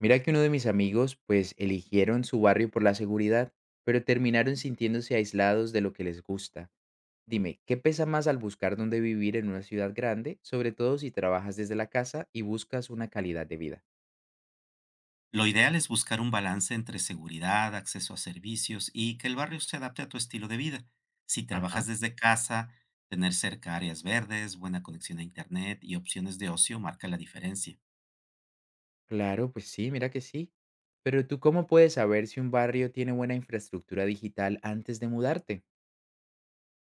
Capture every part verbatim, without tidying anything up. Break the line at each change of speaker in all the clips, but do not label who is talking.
Mira que uno de mis amigos, pues, eligieron su barrio por la seguridad, pero terminaron sintiéndose aislados de lo que les gusta. Dime, ¿qué pesa más al buscar dónde vivir en una ciudad grande, sobre todo si trabajas desde la casa y buscas una calidad de vida?
Lo ideal es buscar un balance entre seguridad, acceso a servicios y que el barrio se adapte a tu estilo de vida. Si trabajas
Ajá.
desde casa, tener cerca áreas verdes, buena conexión a Internet y opciones de ocio marca la diferencia.
Claro, pues sí, mira que sí. Pero tú, ¿cómo puedes saber si un barrio tiene buena infraestructura digital antes de mudarte?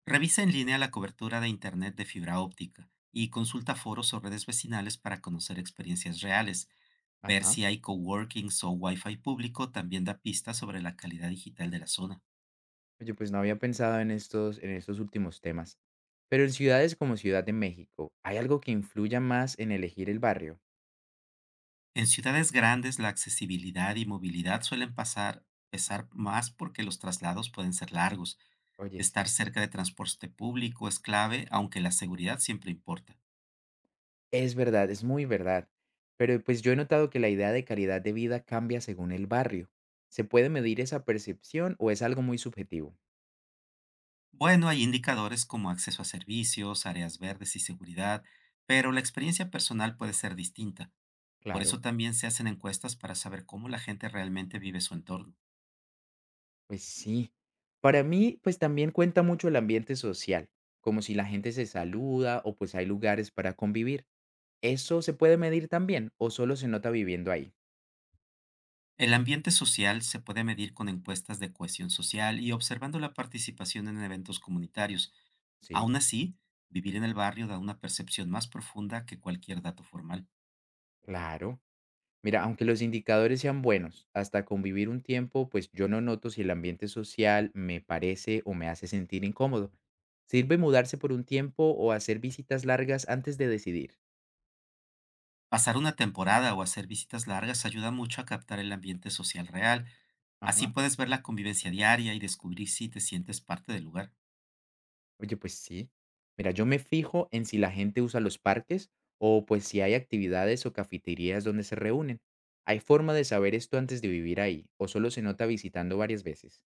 Revisa en línea la cobertura de Internet de fibra óptica y consulta foros o redes vecinales para conocer experiencias reales. Ver
Ajá.
si hay coworkings o Wi-Fi público también da pistas sobre la calidad digital de la zona.
Oye, pues no había pensado en estos, en estos últimos temas. Pero en ciudades como Ciudad de México, ¿hay algo que influya más en elegir el barrio?
En ciudades grandes la accesibilidad y movilidad suelen pasar, pesar más porque los traslados pueden ser largos.
Oye,
Estar
sí.
cerca de transporte público es clave, aunque la seguridad siempre importa.
Es verdad, es muy verdad. Pero pues yo he notado que la idea de calidad de vida cambia según el barrio. ¿Se puede medir esa percepción o es algo muy subjetivo?
Bueno, hay indicadores como acceso a servicios, áreas verdes y seguridad, pero la experiencia personal puede ser distinta. Por
Claro.
eso también se hacen encuestas para saber cómo la gente realmente vive su entorno.
Pues sí. Para mí, pues también cuenta mucho el ambiente social, como si la gente se saluda o pues hay lugares para convivir. ¿Eso se puede medir también o solo se nota viviendo ahí?
El ambiente social se puede medir con encuestas de cohesión social y observando la participación en eventos comunitarios.
Sí.
Aún así, vivir en el barrio da una percepción más profunda que cualquier dato formal.
Claro. Mira, aunque los indicadores sean buenos, hasta convivir un tiempo, pues yo no noto si el ambiente social me parece o me hace sentir incómodo. ¿Sirve mudarse por un tiempo o hacer visitas largas antes de decidir?
Pasar una temporada o hacer visitas largas ayuda mucho a captar el ambiente social real. Así
Ajá.
puedes ver la convivencia diaria y descubrir si te sientes parte del lugar.
Oye, pues sí. Mira, yo me fijo en si la gente usa los parques o pues si hay actividades o cafeterías donde se reúnen. ¿Hay forma de saber esto antes de vivir ahí o solo se nota visitando varias veces?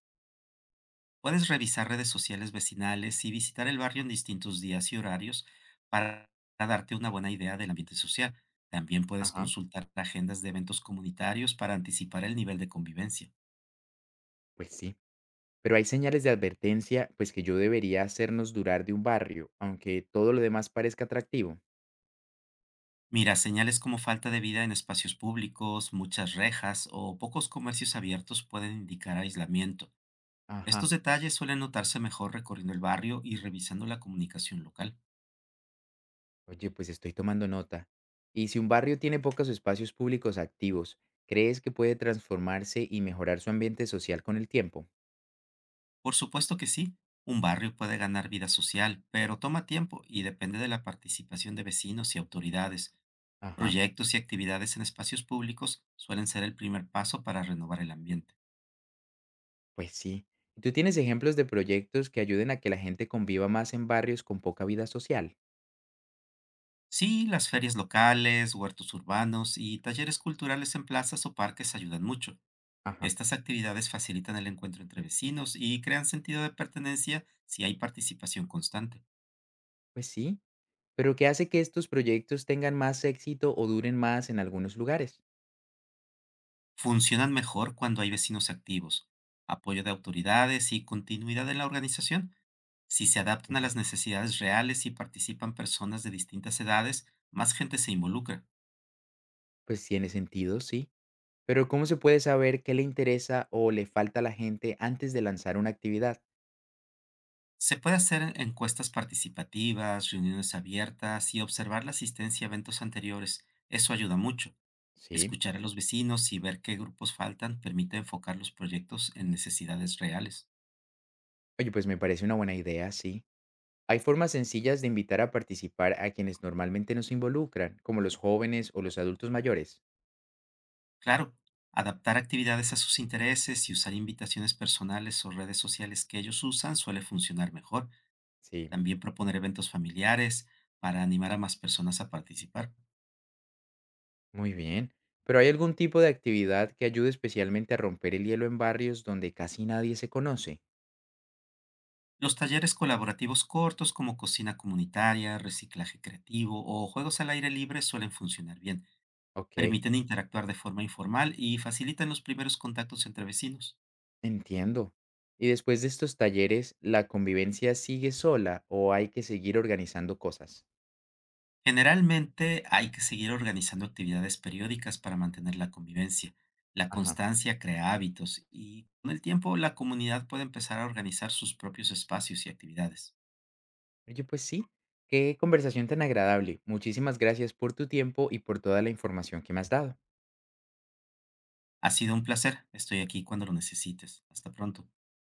Puedes revisar redes sociales vecinales y visitar el barrio en distintos días y horarios para darte una buena idea del ambiente social. También puedes
Ajá.
consultar agendas de eventos comunitarios para anticipar el nivel de convivencia.
Pues sí. Pero hay señales de advertencia, pues que yo debería hacernos durar de un barrio, aunque todo lo demás parezca atractivo.
Mira, señales como falta de vida en espacios públicos, muchas rejas o pocos comercios abiertos pueden indicar aislamiento. Estos
Ajá,
detalles suelen notarse mejor recorriendo el barrio y revisando la comunicación local.
oye, pues estoy tomando nota. Y si un barrio tiene pocos espacios públicos activos, ¿crees que puede transformarse y mejorar su ambiente social con el tiempo?
Por supuesto que sí, un barrio puede ganar vida social, pero toma tiempo y depende de la participación de vecinos y autoridades.
Ajá,
Proyectos y actividades en espacios públicos suelen ser el primer paso para renovar el ambiente.
pues sí. ¿Y ¿tú tienes ejemplos de proyectos que ayuden a que la gente conviva más en barrios con poca vida social?
Sí, las ferias locales, huertos urbanos y talleres culturales en plazas o parques ayudan mucho.
Ajá,
Estas actividades facilitan el encuentro entre vecinos y crean sentido de pertenencia si hay participación constante.
pues sí. ¿Pero qué hace que estos proyectos tengan más éxito o duren más en algunos lugares?
Funcionan mejor cuando hay vecinos activos, apoyo de autoridades y continuidad en la organización. Si se adaptan a
Ujú.
las necesidades reales y participan personas de distintas edades, más gente se involucra.
Pues tiene sentido, sí. Pero ¿cómo se puede saber qué le interesa o le falta a la gente antes de lanzar una actividad?
Se puede hacer encuestas participativas, reuniones abiertas y observar la asistencia a eventos anteriores. Eso ayuda mucho.
Sí,
Escuchar a los vecinos y ver qué grupos faltan permite enfocar los proyectos en necesidades reales.
oye, pues me parece una buena idea, sí. Hay formas sencillas de invitar a participar a quienes normalmente no se involucran, como los jóvenes o los adultos mayores.
Claro, adaptar actividades a sus intereses y usar invitaciones personales o redes sociales que ellos usan suele funcionar mejor.
Sí.
También proponer eventos familiares para animar a más personas a participar.
Muy bien. ¿Pero hay algún tipo de actividad que ayude especialmente a romper el hielo en barrios donde casi nadie se conoce?
Los talleres colaborativos cortos como cocina comunitaria, reciclaje creativo o juegos al aire libre suelen funcionar bien.
Ok.
Permiten interactuar de forma informal y facilitan los primeros contactos entre vecinos.
Entiendo. ¿Y después de estos talleres, la convivencia sigue sola o hay que seguir organizando cosas?
Generalmente hay que seguir organizando actividades periódicas para mantener la convivencia. La
Ajá.
constancia crea hábitos y con el tiempo la comunidad puede empezar a organizar sus propios espacios y actividades.
Oye, pues sí, qué conversación tan agradable. Muchísimas gracias por tu tiempo y por toda la información que me has dado.
Ha sido un placer. Estoy aquí cuando lo necesites. Hasta pronto.